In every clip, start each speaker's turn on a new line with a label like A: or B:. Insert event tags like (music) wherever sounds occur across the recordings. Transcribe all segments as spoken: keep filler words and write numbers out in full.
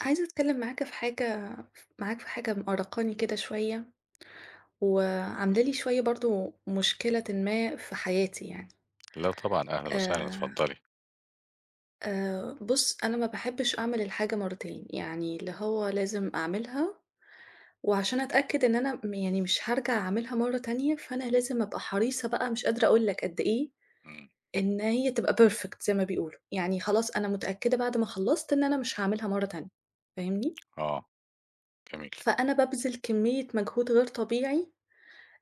A: عايزة أتكلّم معاك في حاجة معاك في حاجة مأرّقاني كده شوية، وعاملة لي شوية برضه مشكلةً ما في حياتي يعني.
B: لا طبعًا، أهلًا وسهلًا،
A: آآ،
B: اتفضّلي.
A: آآ، بُص أنا ما باحبش أعمل الحاجة مرّتين، يعني اللي هو لازم أعملها، وعشان أتأكد إن أنا م يعني مش هارجع أعملها مرّة تانية، فأنا لازم أبقى حريصة بقى مش قادرة أقول لك قد إيه
B: إمم.
A: إن هي تبقى perfect زي ما بيقولوا، يعني خلاص أنا متأكدة بعد ما خلّصت إن أنا مش هاعملها مرّة تانية، فاهمني؟
B: آه. جميل.
A: فأنا بابذل كمية مجهود غير طبيعي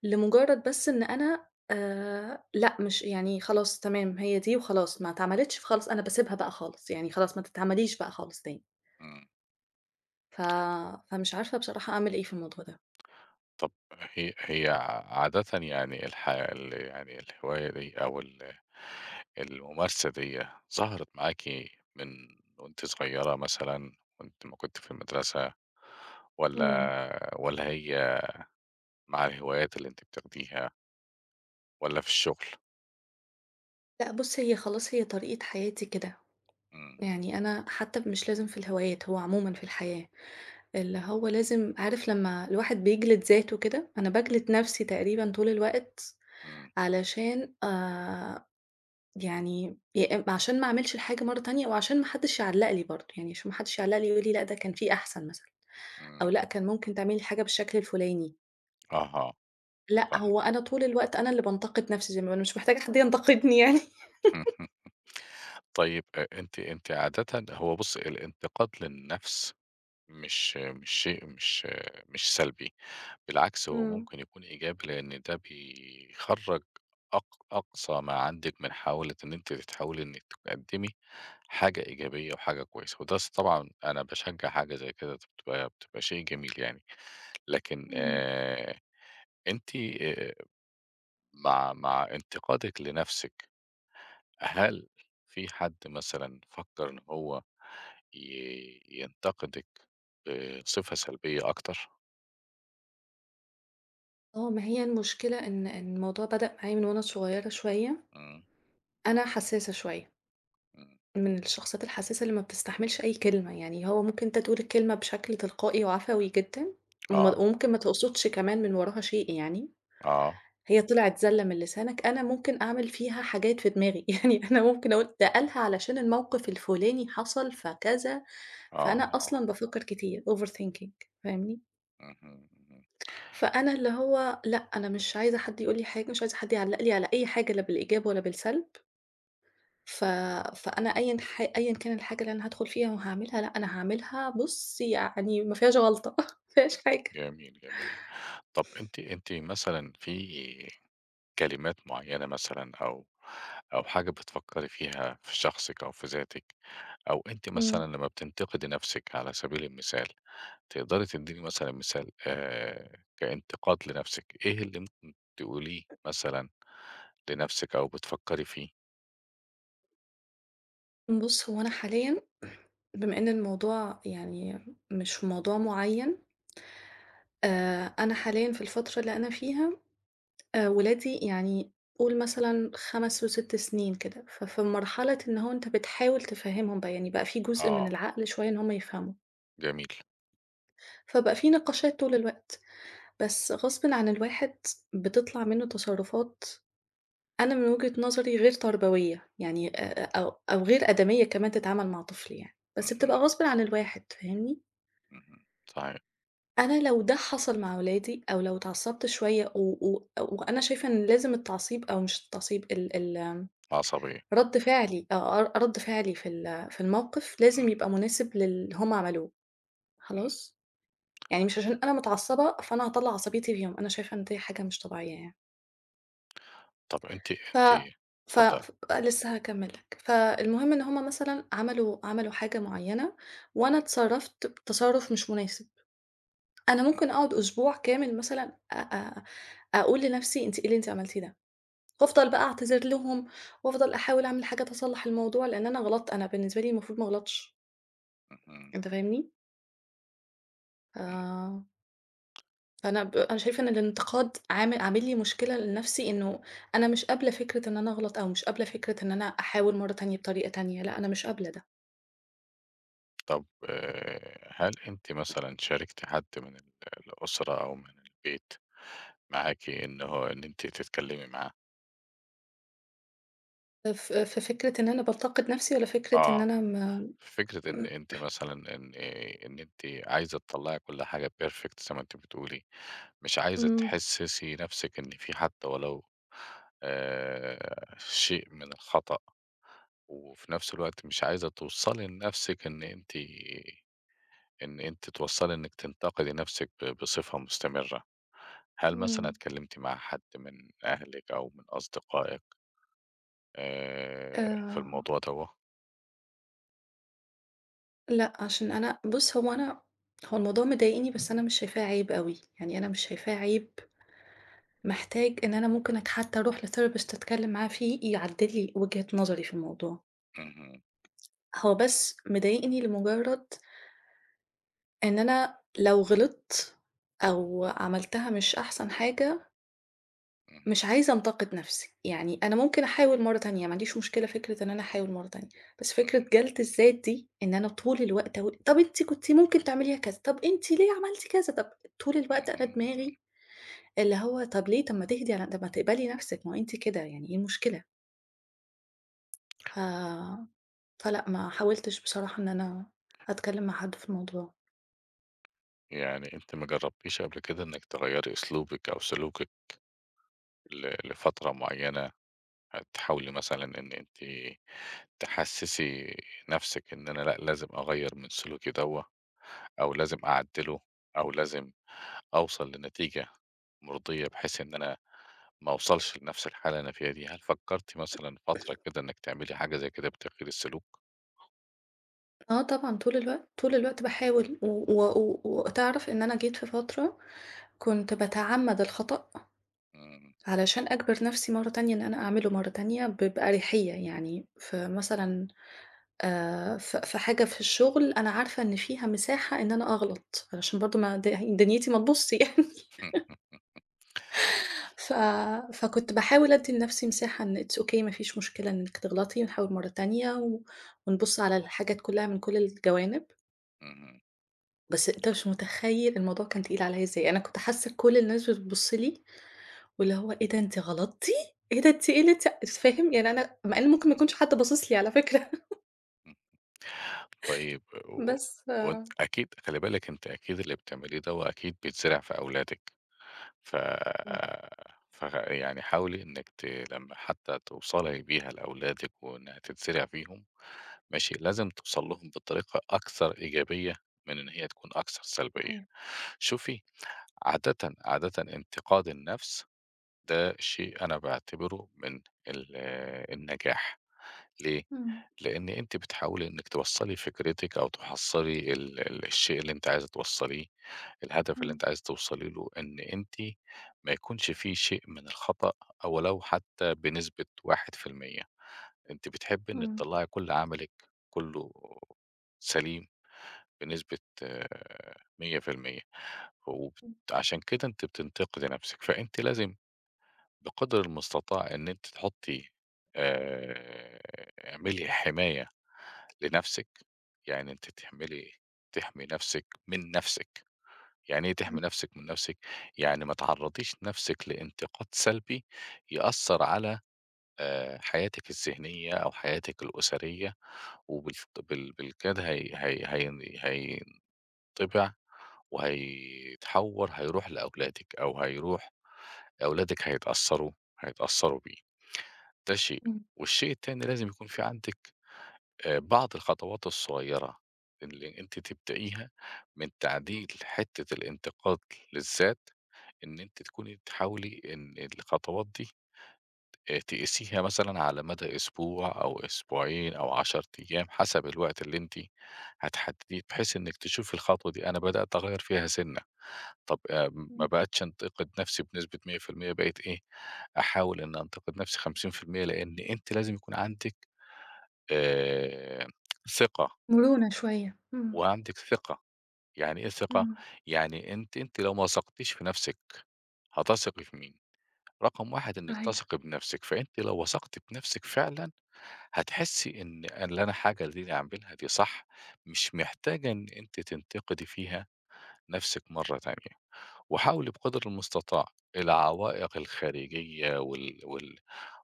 A: لمجرد بس إن أنا آآ لأ، مش يعني خلاص تمام هي دي وخلاص، ما اتعملتش فخلاص أنا باسيبها بقى خالص، يعني خلاص ما تتعمليش بقى خالص تاني.
B: إمم.
A: ف فمش عارفة بصراحة أعمل إيه في الموضوع ده.
B: طَب هي هي عادةً يعني الح ال يعني الهواية دي أو ال الممارسة ديّة ظهرت معاكِ من وأنتِ صغيّرة مثلًا، وأنتِ أمّا كنتِ في المدرسة
A: إمم.
B: والّا والّا هي، مع الهوايات اللي أنتِ بتاخديها والّا في الشغل؟
A: لأ بُص، هي خلاص هي طريقة حياتي كده،
B: إمم.
A: يعني أنا حتى مش لازم في الهوايات، هو عمومًا في الحياة، اللي هو لازم عارف لمّا الواحد بيجلد ذاته كده، أنا باجلد نفسي تقريبًا طول الوقت
B: إمم.
A: علشان آآ يعني ي عشان ما أعملش الحاجة مرّة تانية وعشان ما حدّش يعلّق لي برضه، يعني عشان ما حدّش يعلّق لي ويقول لي لأ ده كان في أحسن مثلًا، أو
B: إمم.
A: لأ كان ممكن تعملي الحاجة بالشكل الفُلاني،
B: أها.
A: لأ
B: فاهمِك.
A: هو أنا طول الوقت أنا اللي بانتقد نَفْسي زي ما أنا مش محتاجة حد ينتقدني (laughs) يعني.
B: (laughs) طيب أ أنتِ أنتِ عادةً، هو بُصّي، الانتقاد للنَفْس مش مش شيء مش مش سلبي، بالعكس هو
A: إمم،
B: ممكن يكون إيجابي لأن ده بيخرّج أق أقصى ما عندِك من حاولة إن أنتِ تحاولي إنِّك تقدّمي حاجة إيجابية وحاجة كويسة، وده س طبعًا أنا باشجّع حاجة زي كده بتبقى بتبقى شيء جميل يعني، لكن
A: إمم.
B: آآ أنتِ، آآ مع مع انتقادِك لنَفْسِك، هل في حد مثلًا فكّر إن هو ي ينتقدِك بصفة سلبية أكتر؟
A: آه، ما هي المشكلة إن إن الموضوع بدأ معايا من وأنا صغيّرة شوية،
B: إمم.
A: أنا حسّاسة شوية،
B: إمم.
A: من الشخصيات الحسّاسة اللي ما بتستحملش أي كلمة، يعني هو ممكن أنت تقول الكلمة بشكل تلقائي وعفوي جدًا وما
B: آه.
A: وممكن ما تقصدش كمان من وراها شيء يعني.
B: آه.
A: هي طلعت زَلّة من لسانك، أنا ممكن أعمل فيها حاجات في دماغي، (laughs) يعني أنا ممكن أقول ده قالها علشان الموقف الفُلاني حصل فكذا، فأنا
B: آه.
A: أصلًا بافكّر كتير overthinking فاهمني؟
B: اهم، اهم.
A: فأنا اللي هو لأ، أنا مش عايزة حد يقول لي حاجة، مش عايزة حد يعلّق لي على أي حاجة لا بالإيجاب ولا بالسلب، ف فأنا أيًا ح أيًا كان الحاجة اللي أنا هادخل فيها وهاعملها، لأ أنا هاعملها بُص يعني ما فيهاش غلطة (laughs) ما فيهاش حاجة.
B: جميل، جميل. طب أنتِ أنتِ مثلًا، في كلمات معيّنة مثلًا أو أو حاجة بتفكّري فيها في شخصِك أو في ذاتِك، أو أنتِ مثلًا
A: إمم.
B: لمّا بتنتقدي نَفْسِك على سبيل المثال، تقدري تدّيني مثلًا مثال آآ كانتقاد لنَفْسِك؟ إيه اللي ممكن تقوليه مثلًا لنَفْسِك أو بتفكّري فيه؟
A: بُص هو أنا حاليًا بما إن الموضوع يعني مش في موضوع معيّن آآ أنا حاليًا في الفترة اللي أنا فيها آآ ولادي يعني قُل مثلًا خمس و6 سنين كده، ففي مرحلة إن هو أنت بتحاول تفهّمهم بقى، يعني بقى في جزء من
B: آه،
A: العقل شوية إن هم يفهموا،
B: جميل.
A: فبقى في نقاشات طول الوقت، بس غصبٍ عن الواحد بتطلع منّه تصرفات أنا من وجهة نظري غير تربوية، يعني آآ أو أو غير آدمية كمان تتعامل مع طفل يعني، بس بتبقى
B: اهم،
A: غصبٍ عن الواحد، فاهمني؟
B: اهم. صحيح.
A: أنا لو ده حصل مع ولادي أو لو اتعصبت شوية و و وأنا شايفة إن لازم التعصيب أو مش التعصيب ال ال آمم،
B: عصبية.
A: رد فعلي آه، ر رد فعلي في ال في الموقف لازم
B: إمم.
A: يبقى مناسب للي هم عملوه،
B: إمم.
A: خلاص؟ يعني مش عشان أنا متعصبة فأنا هاطلّع عصبيتي فيهم، أنا شايفة إن دي حاجة مش طبيعية يعني.
B: طب أنتِ
A: ف
B: أنتِ
A: ف
B: اتفضلي.
A: ف لسه هاكمّل لك. فالمهم إن هم مثلًا عملوا عملوا حاجة معيّنة وأنا
B: إمم.
A: اتصرّفت تصرُّف مش مناسب. أنا
B: إمم.
A: ممكن أقعد أسبوع كامل مثلًا أ أ أقول لنفسي أنتِ إيه اللي أنتِ عملتيه ده، وأفضل بقى أعتذر لهم، وأفضل أحاول أعمل حاجات أصلّح الموضوع، لإن أنا غلطت، أنا بالنسبة لي المفروض ما أغلطش،
B: إمم.
A: أنت فاهمني؟
B: إمم.
A: ف فأنا ب أنا شايفة إن الانتقاد عامل عامل لي مشكلة لنفسي إنه أنا مش قابلة فكرة إن أنا أغلط، أو مش قابلة فكرة إن أنا أحاول مرة تانية بطريقة تانية، لأ أنا مش قابلة ده.
B: طب، آآ، هل أنتِ مثلًا شاركتِ حد من ال الأسرة أو من البيت معاكِ، إن هو إن أنتِ تتكلمي معاه؟
A: ف ففكرة إن أنا بانتقد نفسي والّا فكرة إن
B: آه.
A: أنا م
B: في فكرة إن أنتِ مثلًا، إن إيه، إن أنتِ عايزة تطلّعي كل حاجة perfect زي ما أنتِ بتقولي، مش عايزة
A: إمم،
B: تحسسي نفسِك إن في حتى ولو آآ، شيء من الخطأ، وفي نفس الوقت مش عايزة توصلي لنفسِك إن أنتِ إن أنتِ توصّلي إنِّك تنتقدي نَفْسِك ب بصفة مستمرة. هل مثلًا
A: إمم.
B: اتكلمتِ مع حد من أهلِك أو من أصدقائِك آآ في
A: آآ
B: الموضوع دوّة؟
A: لأ، عشان أنا بُص، هو أنا هو الموضوع مضايقني بس أنا مش شايفاه عيب أوي، يعني أنا مش شايفاه عيب محتاج إن أنا ممكن أت حتى أروح لtherapist أتكلّم معاه فيه يعدِّل لي وجهة نظري في الموضوع،
B: اهم.
A: هو بس مضايقني لمجرّد إن أنا لو غلطت أو عملتها مش أحسن حاجة مش
B: اهم.
A: عايزة أنتقد نفسي، يعني أنا ممكن أحاول مرة تانية، ما عنديش مشكلة فكرة إن أنا أحاول مرة تانية، بس فكرة
B: اهم.
A: جلد الذات دي إن أنا طول الوقت أقول طب أنتِ كنتِ ممكن تعمليها كذا، طب أنتِ ليه عملتِ كذا، طب طول الوقت أنا
B: اهم.
A: دماغي اللي هو طب ليه، طب ما تهدي على طب ما تقبلي نفسِك، ما هو أنتِ كده يعني إيه المشكلة؟ ف فلأ ما حاولتش بصراحة إن أنا أتكلم مع حد في الموضوع.
B: يعني أنتِ ما جرّبتيش قبل كده إنِّك تغيّري أسلوبِك أو سلوكِك ل لفترة معيّنة، هتحاولي مثلًا إن أنتِ تحسّسي نَفْسِك إن أنا لأ، لازم أغيّر من سلوكي دوّة، أو لازم أعدّله، أو لازم أوصل لنتيجة مرضية بحيث إن أنا ما اوصلش لنفس الحالة اللي أنا فيها دي؟ هل فكرتِ مثلًا فترة كده إنِّك تعملي حاجة زي كده بتغيير السلوك؟
A: آه طبعًا طول الوقت، طول الوقت باحاول و و و وتعرف إن أنا جيت في فترة كنت باتعمد الخطأ.
B: إمم.
A: علشان أجبر نفسي مرّة تانية إن أنا أعمله مرّة تانية ب بأريحية، يعني فمثلًا آآ ف في حاجة في الشغل أنا عارفة إن فيها مساحة إن أنا أغلط، علشان برضه ما د دنيتي ما تبوظش يعني (laughs)
B: إمم.
A: ف فكنت باحاول أدّي لنفسي مساحة إن it's okay ما فيش مشكلة إنِّك تغلطي ونحاول مرّة تانية و ونبُص على الحاجات كلّها من كل الجوانب،
B: إمم.
A: بس أنت مش متخيّل الموضوع كان تقيل عليّا إزاي، أنا كنت حاسة كل الناس بتبُص لي واللي هو إيه ده أنتِ غلطتِ! إيه ده أنتِ إيه اللي أنتِ فاهم؟ يعني أنا مع إن ممكن ما يكونش حد باصص لي على فكرة
B: إمم. طيب،
A: (laughs)
B: و
A: بس ف
B: وأنتِ أكيد خلي بالِك، أنتِ أكيد اللي بتعمليه دوّة أكيد بيتزرع في أولادِك، ف
A: إمم،
B: ف يعني حاولي إنِّك، ت لمّا حتى توصلي بيها لأولادِك وإنها تتزرع فيهم، ماشي، لازم توصل لهم بطريقة أكثر إيجابية من إن هي تكون أكثر سلبية.
A: صحيح.
B: شوفي، عادةً، عادةً انتقاد النفس ده شيء أنا باعتبره من ال النجاح، ليه؟
A: إمم،
B: لإن أنتِ بتحاولي إنِّك توصّلي فكرتِك، أو تحصّلي ال ال الشيء اللي أنتِ عايزة توصّليه، الهدف اللي
A: إمم،
B: أنتِ عايزة توصلي له، إن أنتِ ما يكونش في شيء من الخطأ، أو لو حتى بنسبة واحد في المية، أنتِ بتحبي إنِّك
A: إمم،
B: تطلّعي كل عملِك كُلّه سليم بنسبة مية في المية، وبت
A: إمم،
B: عشان كده أنتِ بتنتقدي نَفْسِك. فأنتِ لازم بقدر المستطاع إن أنتِ تحطّي، آآ اعملي حماية لنَفْسِك. يعني أنتِ تعملي، تحمي نَفْسِك من نَفْسِك. يعني إيه تحمي
A: إمم،
B: نَفْسِك من نَفْسِك؟ يعني ما تعرّضيش نَفْسِك لانتقاد سلبي يأثّر على آآ حياتِك الذهنية أو حياتِك الأسرية، وبالف بال بالكاد هي هي هين هينطبع وهيتحوّر، هيروح لأولادِك، أو هيروح أولادِك هيتأثّروا هيتأثّروا بيه. ده شيء.
A: إمم،
B: والشيء التاني، لازم يكون في عندِك آآ بعض الخطوات الصغيرة اللي أنتِ تبدئيها من تعديل حتّة الانتقاد للذات، إن أنتِ تكوني بتحاولي إن الخطوات دي آآ تقيسيها مثلًا على مدى أسبوع أو أسبوعين أو عشر أيام حسب الوقت اللي أنتِ هتحدديه، بحيث إنِّك تشوفي الخطوة دي، أنا بدأت أغيّر فيها سِنّة. طب آآ ما
A: إمم،
B: بقتش أنتقد نفسي بنسبة مية في المية، بقيت إيه، أحاول إن أنتقد نفسي خمسين في المية، لإن أنتِ لازم يكون عندِك آآ ثقة،
A: مرونة شوية، إمم،
B: وعندِك ثقة. يعني إيه ثقة؟
A: إمم،
B: يعني أنتِ أنتِ لو ما وثقتيش في نفسِك، هتثقي في مين؟ رقم واحد إنِّك
A: صحيح،
B: تثقي بنفسِك، فأنتِ لو وثقتِ بنفسِك فعلًا، هتحسّي إن اللي أنا حاجة اللي أنا أعملها دي صح، مش محتاجة إن أنتِ تنتقدي فيها نفسِك مرّة تانية. وحاولي بقدر المستطاع العوائق الخارجية وال وال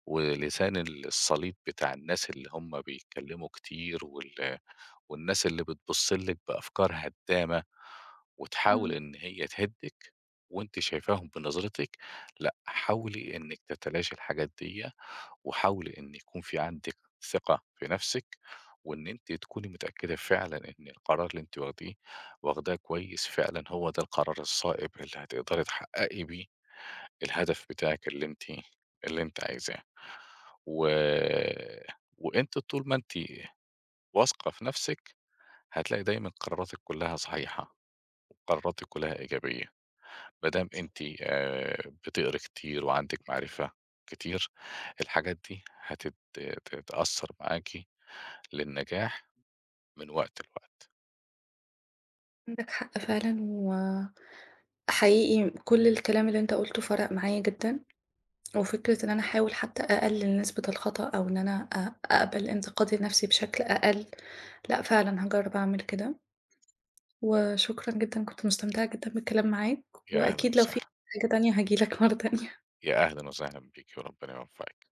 B: ولسان الصليب بتاع الناس اللي هم بيتكلّموا كتير وال والناس اللي بتبُص لِك بأفكار هدّامة وتحاول
A: إمم،
B: إن هي تهدِّك، وأنتِ شايفاهم بنظرتِك، لأ، حاولي إنِّك تتلاشي الحاجات ديّة، وحاولي إن يكون في عندِك ثقة في نَفْسِك، وإن أنتِ تكوني متأكدة فعلًا إن القرار اللي أنتِ واخديه واخداه كويس فعلًا هو ده القرار الصائب اللي هتقدري تحقّقي بيه الهدف بتاعِك اللي أنتِ اللي أنتِ عايزاه. و وأنتِ طول ما أنتِ واثقة في نَفْسِك، هتلاقي دايمًا قراراتِك كلّها صحيحة، وقراراتِك كلّها إيجابية، ما دام أنتِ آآ بتقري كتير وعندِك معرفة كتير، الحاجات دي هتت ت تأثّر معاكِ للنجاح من وقت لوقت.
A: عندك حق فعلًا وحقيقي كل الكلام اللي أنت قُلته فرَق معايا جدًا، وفكرة إن أنا أحاول حتى أقلل نسبة الخطأ أو إن أنا أ أقبل انتقاد لنفسي بشكل أقل، لأ فعلًا هاجرّب أعمل كده. وشكرًا جدًا، كنت مستمتعة جدًا بالكلام معاك،
B: يا أهلًا
A: وأكيد لو في
B: وسهلًا.
A: حاجة تانية هاجي لك مرة تانية.
B: يا أهلًا وسهلًا بيكِ، وربنا يوفقِك.